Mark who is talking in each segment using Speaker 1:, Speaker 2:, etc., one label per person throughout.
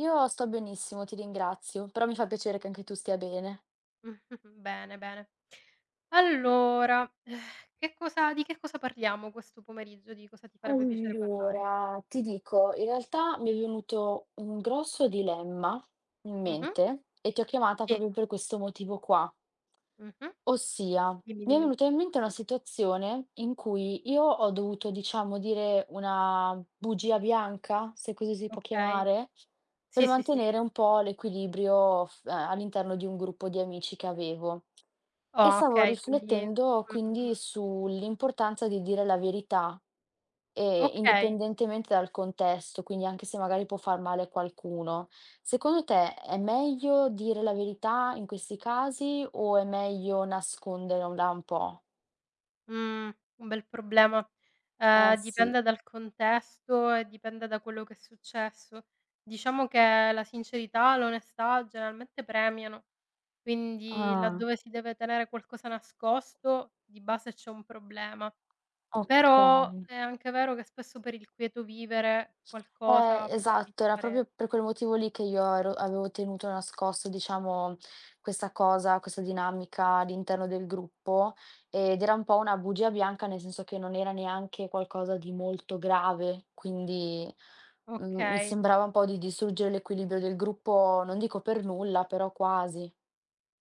Speaker 1: Io sto benissimo, ti ringrazio, però mi fa piacere che anche tu stia bene.
Speaker 2: Bene, bene. Allora, che cosa di che cosa parliamo questo pomeriggio? Di cosa ti farebbe piacere parlare?
Speaker 1: Allora, ti dico, in realtà mi è venuto un grosso dilemma in
Speaker 2: Mh-mh.
Speaker 1: mente e ti ho chiamata
Speaker 2: Sì.
Speaker 1: proprio per questo motivo qua.
Speaker 2: Mh-mh.
Speaker 1: Ossia,
Speaker 2: Dimmi,
Speaker 1: mi è
Speaker 2: dimmi.
Speaker 1: venuta in mente una situazione in cui io ho dovuto, diciamo, dire una bugia bianca, se così si può
Speaker 2: Okay.
Speaker 1: chiamare, per
Speaker 2: Sì, sì, sì.
Speaker 1: mantenere un po' l'equilibrio all'interno di un gruppo di amici che avevo. E
Speaker 2: Oh,
Speaker 1: stavo
Speaker 2: okay, quindi
Speaker 1: riflettendo
Speaker 2: mh.
Speaker 1: quindi sull'importanza di dire la verità,
Speaker 2: Okay.
Speaker 1: indipendentemente dal contesto, quindi anche se magari può far male a qualcuno. Secondo te è meglio dire la verità in questi casi o è meglio nasconderla un po'?
Speaker 2: Mh, un bel problema.
Speaker 1: Eh sì,
Speaker 2: Dipende dal contesto e dipende da quello che è successo. Diciamo che la sincerità, l'onestà generalmente premiano. Quindi
Speaker 1: ah,
Speaker 2: laddove si deve tenere qualcosa nascosto, di base c'è un problema. Però
Speaker 1: okay.
Speaker 2: è anche vero che spesso per il quieto vivere qualcosa può
Speaker 1: Esatto, era
Speaker 2: capitare.
Speaker 1: proprio per quel motivo lì che io ero avevo tenuto nascosto, diciamo, questa cosa, questa dinamica all'interno del gruppo, ed era un po' una bugia bianca, nel senso che non era neanche qualcosa di molto grave, quindi, mhmm, mi
Speaker 2: Okay.
Speaker 1: sembrava un po' di distruggere l'equilibrio del gruppo, non dico per nulla, però quasi.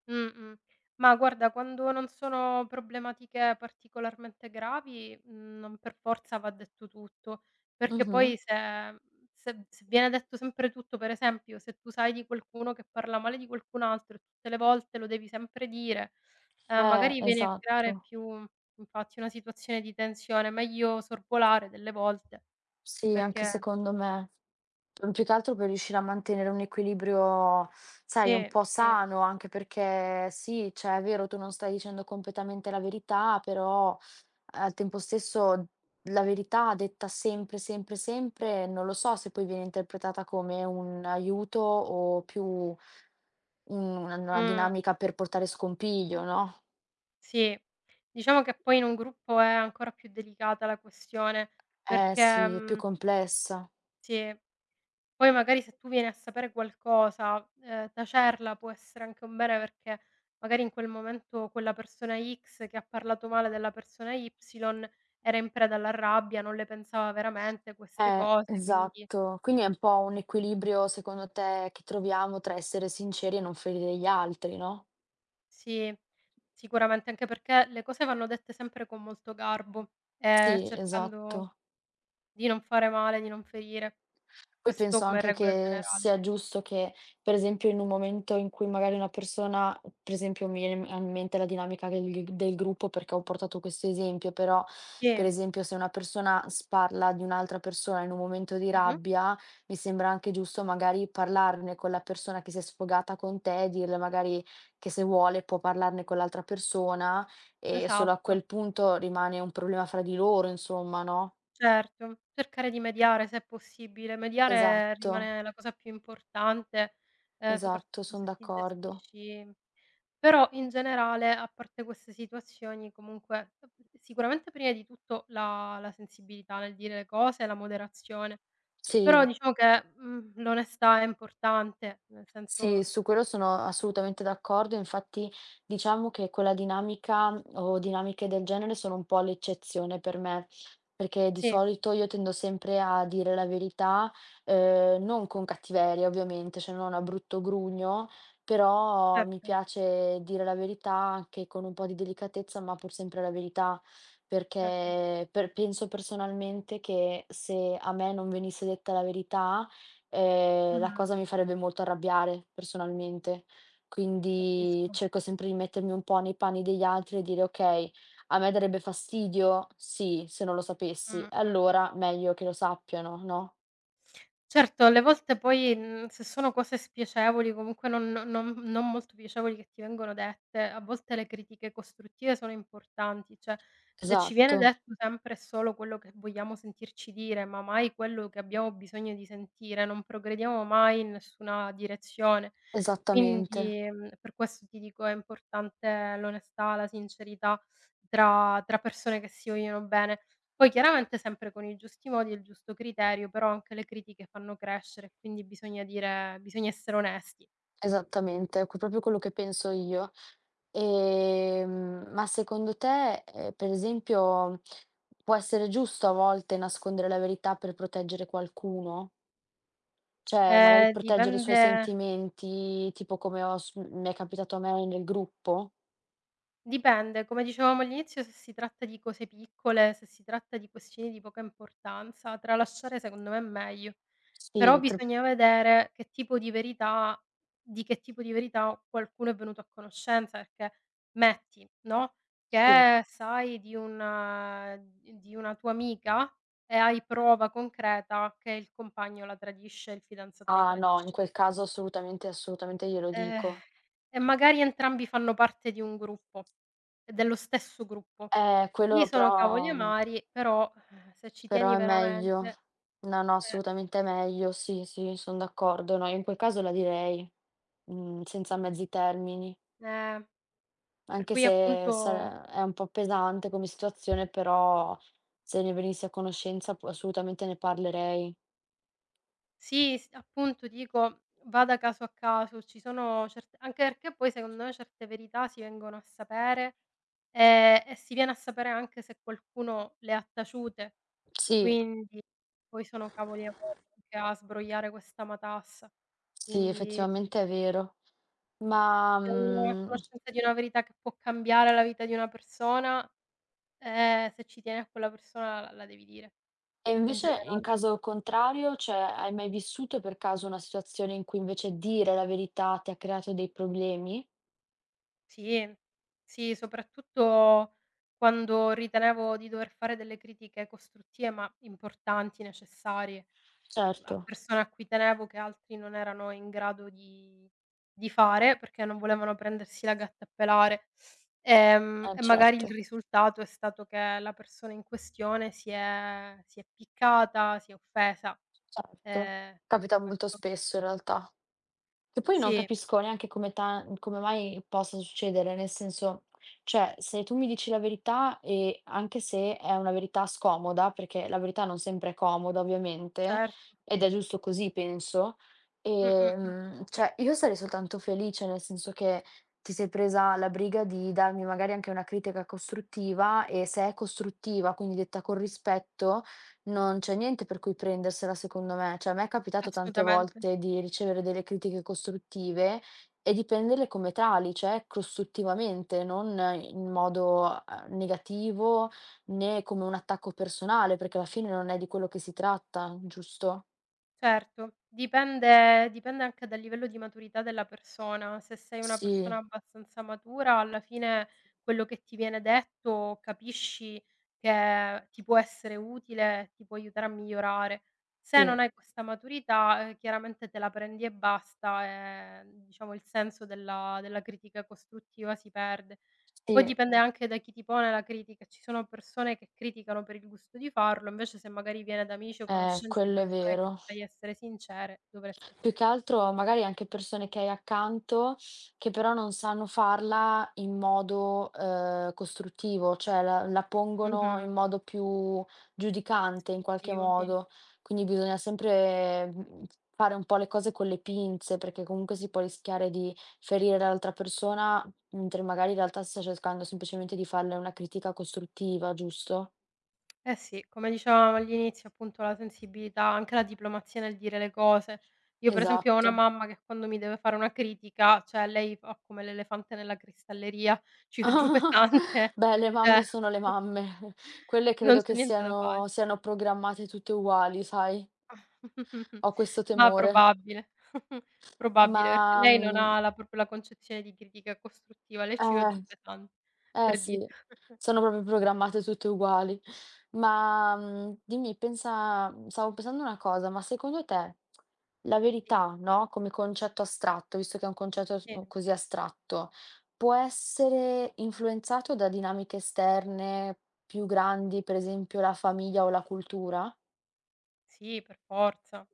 Speaker 2: Mh-mh. Ma guarda, quando non sono problematiche particolarmente gravi, non per forza va detto tutto, perché poi
Speaker 1: Mh-mh.
Speaker 2: se viene detto sempre tutto, per esempio, se tu sai di qualcuno che parla male di qualcun altro e tutte le volte lo devi sempre dire, magari vieni a
Speaker 1: Esatto.
Speaker 2: creare più infatti una situazione di tensione, meglio sorvolare delle volte,
Speaker 1: Sì, anche
Speaker 2: perché
Speaker 1: secondo me. Mhmm, più che altro per riuscire a mantenere un equilibrio, sai, un
Speaker 2: sì,
Speaker 1: po'
Speaker 2: sì.
Speaker 1: sano, anche perché sì, cioè è vero, tu non stai dicendo completamente la verità, però al tempo stesso la verità detta sempre, sempre, sempre, non lo so se poi viene interpretata come un aiuto o più un una
Speaker 2: Mh.
Speaker 1: dinamica per portare scompiglio, no?
Speaker 2: Sì, diciamo che poi in un gruppo è ancora più delicata la questione,
Speaker 1: Eh
Speaker 2: perché
Speaker 1: sì, è più complessa.
Speaker 2: sì, poi magari se tu vieni a sapere qualcosa, tacerla può essere anche un bene perché magari in quel momento quella persona X che ha parlato male della persona Y era in preda alla rabbia, non le pensava veramente queste cose, quindi
Speaker 1: Esatto. Quindi è un po' un equilibrio, secondo te, che troviamo tra essere sinceri e non ferire gli altri, no?
Speaker 2: sì, sicuramente anche perché le cose vanno dette sempre con molto garbo,
Speaker 1: Sì,
Speaker 2: cercando
Speaker 1: esatto.
Speaker 2: di non fare male, di non ferire.
Speaker 1: Poi
Speaker 2: Questo
Speaker 1: penso
Speaker 2: come
Speaker 1: anche
Speaker 2: regola
Speaker 1: che
Speaker 2: generale.
Speaker 1: sia giusto che, per esempio, in un momento in cui magari una persona per esempio mi viene in mente la dinamica del g del gruppo perché ho portato questo esempio, però per
Speaker 2: Sì,
Speaker 1: esempio se una persona sparla di un'altra persona in un momento di
Speaker 2: mh-mh,
Speaker 1: rabbia, mi sembra anche giusto magari parlarne con la persona che si è sfogata con te e dirle magari che se vuole può parlarne con l'altra persona e solo a
Speaker 2: esatto,
Speaker 1: quel punto rimane un problema fra di loro, insomma, no?
Speaker 2: certo. Cercare di mediare se è possibile. Mediare
Speaker 1: Esatto,
Speaker 2: rimane la cosa più importante,
Speaker 1: esatto,
Speaker 2: soprattutto
Speaker 1: son
Speaker 2: se ti
Speaker 1: d'accordo.
Speaker 2: gestisci, però in generale, a parte queste situazioni, comunque sicuramente prima di tutto la sensibilità nel dire le cose, la moderazione, però
Speaker 1: Sì,
Speaker 2: diciamo che, l'onestà è importante, nel
Speaker 1: sì,
Speaker 2: senso.
Speaker 1: su quello sono assolutamente d'accordo. Infatti, diciamo che quella dinamica mhmm, o dinamiche del genere sono un po' l'eccezione per me, perché di
Speaker 2: Sì,
Speaker 1: solito io tendo sempre a dire la verità, non con cattiveria ovviamente, cioè non a brutto grugno, però mi
Speaker 2: certo,
Speaker 1: piace dire la verità anche con un po' di delicatezza, ma pur sempre la verità,
Speaker 2: certo.
Speaker 1: perché per penso personalmente che se a me non venisse detta la verità, la
Speaker 2: Mh-mh,
Speaker 1: cosa mi farebbe molto arrabbiare personalmente, quindi
Speaker 2: capisco.
Speaker 1: cerco sempre di mettermi un po' nei panni degli altri e dire: "Okay, a me darebbe fastidio? Sì, se non lo sapessi.
Speaker 2: Mh, mh, mh.
Speaker 1: Allora meglio che lo sappiano, no?"
Speaker 2: Certo, alle volte poi, se sono cose spiacevoli, comunque non no, non non molto piacevoli che ti vengono dette, a volte le critiche costruttive sono importanti, cioè se ci viene
Speaker 1: Esatto,
Speaker 2: detto sempre e solo quello che vogliamo sentirci dire, ma mai quello che abbiamo bisogno di sentire, non progrediamo mai in nessuna direzione.
Speaker 1: esattamente,
Speaker 2: Quindi, per questo ti dico è importante l'onestà, la sincerità tra persone che si vogliono bene. Poi chiaramente sempre con i giusti modi e il giusto criterio, però anche le critiche fanno crescere, quindi bisogna essere onesti.
Speaker 1: esattamente, ecco proprio quello che penso io. Ma secondo te, per esempio, può essere giusto a volte nascondere la verità per proteggere qualcuno? Cioè, magari
Speaker 2: Ehm,
Speaker 1: proteggere i suoi
Speaker 2: dipende
Speaker 1: sentimenti, tipo come ho s mi è capitato a me nel gruppo?
Speaker 2: Dipende, come dicevamo all'inizio, se si tratta di cose piccole, se si tratta di questioni di poca importanza, tralasciare secondo me è meglio. Però
Speaker 1: Sì, pr
Speaker 2: bisogna vedere che tipo di verità di che tipo di verità qualcuno è venuto a conoscenza, perché metti, no,
Speaker 1: sì.
Speaker 2: che sai di una tua amica, e hai prova concreta che il compagno la tradisce, il fidanzato la
Speaker 1: Ah no, in
Speaker 2: tradisce.
Speaker 1: quel caso assolutamente, assolutamente glielo
Speaker 2: Ehm,
Speaker 1: dico.
Speaker 2: e magari entrambi fanno parte di un gruppo, e dello stesso gruppo. Lì
Speaker 1: Quello
Speaker 2: sono cavoli
Speaker 1: però mhmm,
Speaker 2: amari, però, se ci
Speaker 1: però
Speaker 2: tieni
Speaker 1: è meglio.
Speaker 2: veramente.
Speaker 1: No, no,
Speaker 2: eh,
Speaker 1: assolutamente è meglio. Sì, sì, son d'accordo. No, io in quel caso la direi, mhmm, senza mezzi termini.
Speaker 2: eh, per
Speaker 1: Anche
Speaker 2: cui
Speaker 1: se
Speaker 2: appunto
Speaker 1: sare è un po' pesante come situazione, però se ne venissi a conoscenza, p assolutamente ne parlerei.
Speaker 2: sì, s appunto dico, va da caso a caso, ci sono certe anche perché poi secondo me certe verità si vengono a sapere, e si viene a sapere anche se qualcuno le ha taciute,
Speaker 1: Sì.
Speaker 2: quindi poi sono cavoli amari anche a sbrogliare questa matassa.
Speaker 1: Sì,
Speaker 2: Quindi
Speaker 1: effettivamente è vero. Ma,
Speaker 2: se uno è a
Speaker 1: mhmm,
Speaker 2: conoscenza di una verità che può cambiare la vita di una persona, se ci tieni a quella persona la devi dire,
Speaker 1: e
Speaker 2: in
Speaker 1: invece in
Speaker 2: generale.
Speaker 1: caso contrario, cioè hai mai vissuto per caso una situazione in cui invece dire la verità ti ha creato dei problemi?
Speaker 2: Sì, sì, soprattutto quando ritenevo di dover fare delle critiche costruttive, ma importanti, necessarie.
Speaker 1: Certo.
Speaker 2: La persona a cui tenevo che altri non erano in grado di fare, perché non volevano prendersi la gatta a pelare.
Speaker 1: Eh
Speaker 2: E magari il
Speaker 1: certo,
Speaker 2: risultato è stato che la persona in questione si è piccata, si è offesa.
Speaker 1: certo.
Speaker 2: Ehm,
Speaker 1: Capita molto
Speaker 2: Questo
Speaker 1: spesso in realtà. Che poi non
Speaker 2: sì,
Speaker 1: capisco neanche come mai possa succedere, nel senso, cioè se tu mi dici la verità e anche se è una verità scomoda, perché la verità non sempre è comoda ovviamente,
Speaker 2: certo.
Speaker 1: ed è giusto così penso,
Speaker 2: Mh, mh, mh. Sì,
Speaker 1: cioè io sarei soltanto felice, nel senso che ti sei presa la briga di darmi magari anche una critica costruttiva e se è costruttiva, quindi detta con rispetto, non c'è niente per cui prendersela secondo me, cioè a me è capitato tante
Speaker 2: assolutamente.
Speaker 1: volte di ricevere delle critiche costruttive e di prenderle come tali, cioè costruttivamente, non in modo, negativo né come un attacco personale, perché alla fine non è di quello che si tratta, giusto?
Speaker 2: Certo, dipende anche dal livello di maturità della persona. Se sei una
Speaker 1: Sì,
Speaker 2: persona abbastanza matura, alla fine quello che ti viene detto capisci che ti può essere utile, ti può aiutare a migliorare. Se non
Speaker 1: sì,
Speaker 2: hai questa maturità, chiaramente te la prendi e basta, diciamo il senso della critica costruttiva si perde. Poi
Speaker 1: sì,
Speaker 2: dipende anche da chi ti pone la critica. Ci sono persone che criticano per il gusto di farlo, invece se magari viene da amici o conoscenti o
Speaker 1: quello è
Speaker 2: persone che tu
Speaker 1: vero.
Speaker 2: sai essere sincere, dovresti
Speaker 1: Più che
Speaker 2: accetta.
Speaker 1: altro magari anche persone che hai accanto, che però non sanno farla in modo, costruttivo, cioè la pongono
Speaker 2: Mh-mh,
Speaker 1: in modo più giudicante in qualche
Speaker 2: obiettivo, sì.
Speaker 1: modo. Quindi bisogna sempre, mhmm, fare un po' le cose con le pinze, perché comunque si può rischiare di ferire l'altra persona, mentre magari in realtà si sta cercando semplicemente di farle una critica costruttiva, giusto?
Speaker 2: Eh sì, come dicevamo all'inizio appunto la sensibilità, anche la diplomazia nel dire le cose. Io per esempio ho una
Speaker 1: Esatto.
Speaker 2: mamma che quando mi deve fare una critica, cioè lei fa come l'elefante nella cristalleria,
Speaker 1: Ah,
Speaker 2: ci fa giù pesante,
Speaker 1: beh, le mamme sono le
Speaker 2: cioè
Speaker 1: mamme. Quelle
Speaker 2: non
Speaker 1: credo
Speaker 2: c'è
Speaker 1: che
Speaker 2: niente da fare.
Speaker 1: siano programmate tutte uguali, sai? Ho questo
Speaker 2: Ma
Speaker 1: temore.
Speaker 2: probabile,
Speaker 1: Ma,
Speaker 2: probabile, perché lei non
Speaker 1: mhmm,
Speaker 2: ha la concezione di critica costruttiva, lei ci va giù
Speaker 1: eh.
Speaker 2: pesante,
Speaker 1: Eh
Speaker 2: per dire.
Speaker 1: sì, sono proprio programmate tutte uguali. Ma, mhmm, dimmi, pensa mhmm, stavo pensando una cosa, ma secondo te la
Speaker 2: Sì,
Speaker 1: verità, no, come concetto astratto, visto che è un concetto s
Speaker 2: sì,
Speaker 1: così astratto, può essere influenzato da dinamiche esterne più grandi, per esempio la famiglia o la cultura?
Speaker 2: sì, per forza.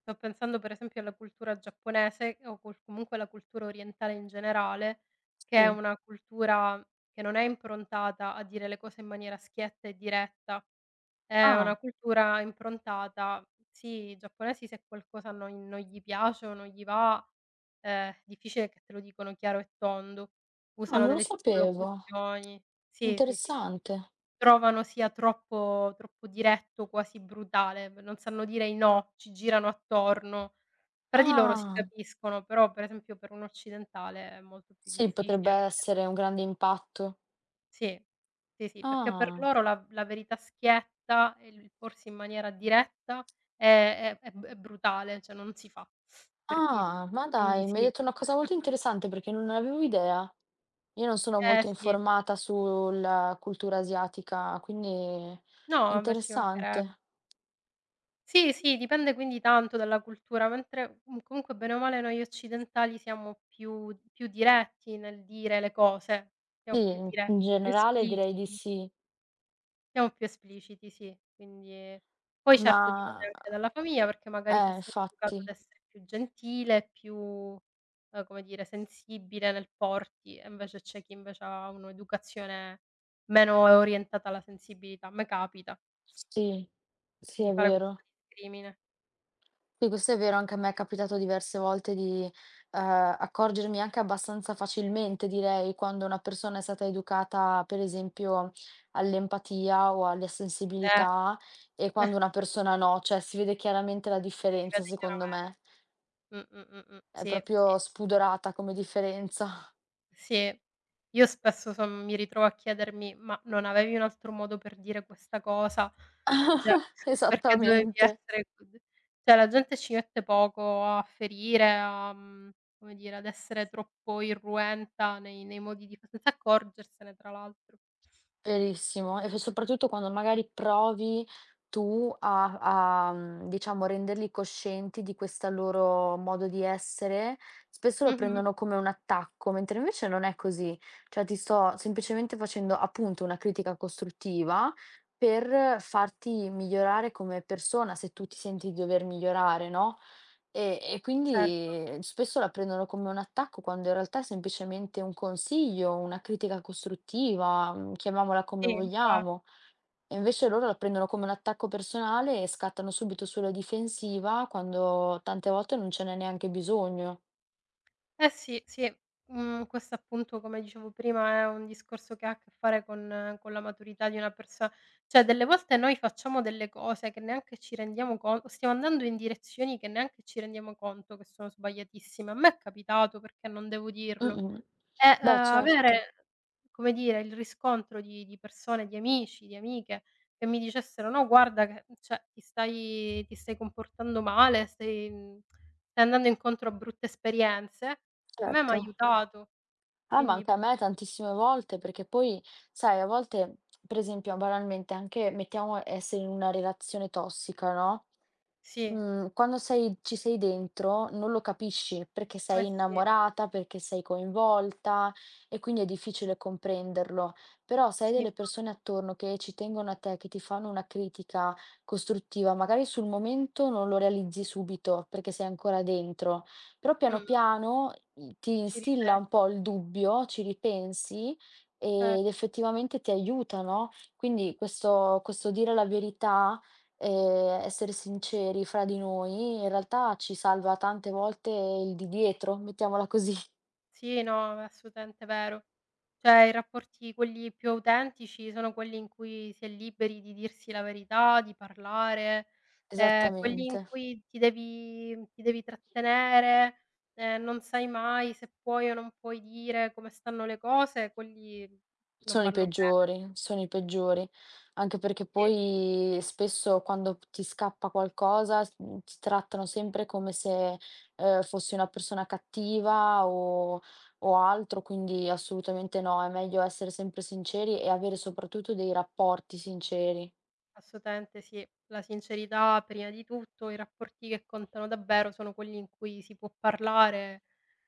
Speaker 2: Sto pensando per esempio alla cultura giapponese o col comunque alla cultura orientale in generale, che è
Speaker 1: Sì.
Speaker 2: una cultura che non è improntata a dire le cose in maniera schietta e diretta. È una
Speaker 1: Ah,
Speaker 2: cultura improntata, sì, i giapponesi se qualcosa non gli piace o non gli va, difficile che te lo dicono chiaro e tondo.
Speaker 1: ah,
Speaker 2: Usano
Speaker 1: non lo
Speaker 2: delle
Speaker 1: sapevo.
Speaker 2: circonlocuzioni, sì, sì, sì, sì.
Speaker 1: Interessante.
Speaker 2: Trovano sia troppo troppo diretto, quasi brutale, non sanno dire i no, ci girano attorno. Tra di loro si
Speaker 1: Ah,
Speaker 2: capiscono, però per esempio per un occidentale è molto più
Speaker 1: sì, potrebbe
Speaker 2: difficile perché
Speaker 1: essere un grande impatto.
Speaker 2: sì, sì, sì, perché per
Speaker 1: Ah.
Speaker 2: loro la verità schietta e il porsi in maniera diretta è brutale, cioè non si fa, per dire.
Speaker 1: Ah, ma
Speaker 2: Quindi
Speaker 1: dai, mi hai
Speaker 2: sì.
Speaker 1: detto una cosa molto interessante perché non ne avevo idea. Io non sono
Speaker 2: Eh
Speaker 1: molto
Speaker 2: sì.
Speaker 1: informata sulla cultura asiatica, quindi
Speaker 2: No,
Speaker 1: è
Speaker 2: vabbè, ci manchereb.
Speaker 1: interessante.
Speaker 2: Sì, sì, dipende quindi tanto dalla cultura, mentre, comunque bene o male noi occidentali siamo più diretti nel dire le cose, siamo
Speaker 1: Sì,
Speaker 2: più
Speaker 1: in
Speaker 2: diretti, più
Speaker 1: generale direi di
Speaker 2: espliciti.
Speaker 1: sì,
Speaker 2: Siamo più espliciti, sì, quindi poi
Speaker 1: ma
Speaker 2: certo dipende anche dalla famiglia, perché magari se stato educato ad
Speaker 1: infatti,
Speaker 2: essere più gentile, più, come dire, sensibile nel porti, e invece c'è chi invece ha un'educazione meno orientata alla sensibilità. A me capita
Speaker 1: sì, sì,
Speaker 2: di
Speaker 1: è
Speaker 2: fare questo
Speaker 1: vero.
Speaker 2: discrimine.
Speaker 1: Sì, questo è vero, anche a me è capitato diverse volte di, ehm, accorgermi anche abbastanza facilmente direi, quando una persona è stata educata, per esempio, all'empatia o alla
Speaker 2: Eh,
Speaker 1: sensibilità e quando una persona no, cioè si vede chiaramente la
Speaker 2: si
Speaker 1: differenza
Speaker 2: vede chiarame.
Speaker 1: secondo me.
Speaker 2: Mh, mh.
Speaker 1: È
Speaker 2: Sì, sì.
Speaker 1: proprio spudorata come differenza.
Speaker 2: Sì. Io spesso son mi ritrovo a chiedermi: "Ma non avevi un altro modo per dire questa cosa? Cioè, perché dovevi
Speaker 1: Esattamente.
Speaker 2: essere cod". Cioè la gente ci mette poco a ferire, a come dire, ad essere troppo irruenta nei modi di fa, senza accorgersene tra l'altro.
Speaker 1: Verissimo, e f soprattutto quando magari provi tu a mhmm, diciamo renderli coscienti di questa loro modo di essere, spesso lo
Speaker 2: Mh-mh.
Speaker 1: prendono come un attacco, mentre invece non è così. Cioè ti sto semplicemente facendo, appunto, una critica costruttiva per farti migliorare come persona, se tu ti senti di dover migliorare, no? E
Speaker 2: Certo.
Speaker 1: quindi spesso la prendono come un attacco quando in realtà è semplicemente un consiglio, una critica costruttiva, mhmm, chiamiamola come
Speaker 2: Sì, infa.
Speaker 1: vogliamo. E invece loro la prendono come un attacco personale e scattano subito sulla difensiva quando tante volte non ce n'è neanche bisogno.
Speaker 2: Eh sì, sì. Questo appunto, come dicevo prima, è un discorso che ha a che fare con la maturità di una perso, cioè delle volte noi facciamo delle cose che neanche ci rendiamo con stiamo andando in direzioni che neanche ci rendiamo conto che sono sbagliatissime. A me è capitato, perché non devo dirlo,
Speaker 1: Mh-mh.
Speaker 2: e,
Speaker 1: Beh certo,
Speaker 2: avere, come dire, il riscontro di persone, di amici, di amiche che mi dicessero: "No guarda che, cioè, ti stai comportando male, stai andando incontro a brutte esperienze", a me m'ha
Speaker 1: certo.
Speaker 2: aiutato.
Speaker 1: Ah,
Speaker 2: Quindi
Speaker 1: manca a me tantissime volte, perché poi, sai, a volte, per esempio, banalmente, anche mettiamo essere in una relazione tossica, no?
Speaker 2: sì,
Speaker 1: Mm, quando sei, ci sei dentro non lo capisci perché
Speaker 2: eh
Speaker 1: sei
Speaker 2: sì,
Speaker 1: innamorata, perché sei coinvolta e quindi è difficile comprenderlo. Però se hai
Speaker 2: sì,
Speaker 1: delle persone attorno che ci tengono a te, che ti fanno una critica costruttiva, magari sul momento non lo realizzi subito perché sei ancora dentro. Però piano
Speaker 2: mh-mh,
Speaker 1: piano i ti
Speaker 2: ci
Speaker 1: instilla
Speaker 2: riflet
Speaker 1: un po' il dubbio, ci ripensi
Speaker 2: cer.
Speaker 1: ed effettivamente ti aiuta, no, quindi questo dire la verità, essere sinceri fra di noi, in realtà ci salva tante volte il di dietro, mettiamola così.
Speaker 2: Sì, no, è assolutamente vero. Cioè i rapporti quelli più autentici sono quelli in cui si è liberi di dirsi la verità, di parlare, quelli in
Speaker 1: Esattamente.
Speaker 2: cui ti devi trattenere, non sai mai se puoi o non puoi dire come stanno le cose, quelli non vanno bene,
Speaker 1: Sono i peggiori, anche perché
Speaker 2: sì.
Speaker 1: poi spesso quando p ti scappa qualcosa s mhmm, ti trattano sempre come se, fossi una persona cattiva o altro, quindi assolutamente no, è meglio essere sempre sinceri e avere soprattutto dei rapporti sinceri.
Speaker 2: Assolutamente sì. La sincerità prima di tutto, i rapporti che contano davvero sono quelli in cui si può parlare,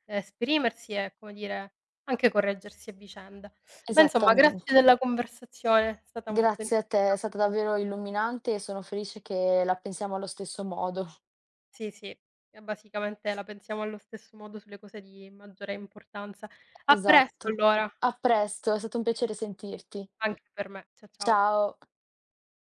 Speaker 2: esprimersi e, come dire, anche correggersi a vicenda. Beh, insomma, grazie
Speaker 1: Esattamente.
Speaker 2: della conversazione, è stata molto in,
Speaker 1: Grazie a te, è stata davvero illuminante e sono felice che la pensiamo allo stesso modo.
Speaker 2: sì, sì, e basicamente la pensiamo allo stesso modo sulle cose di maggiore importanza. A presto
Speaker 1: Esatto.
Speaker 2: allora,
Speaker 1: A presto, è stato un piacere sentirti.
Speaker 2: anche per me. Cia ciao.
Speaker 1: Ciao.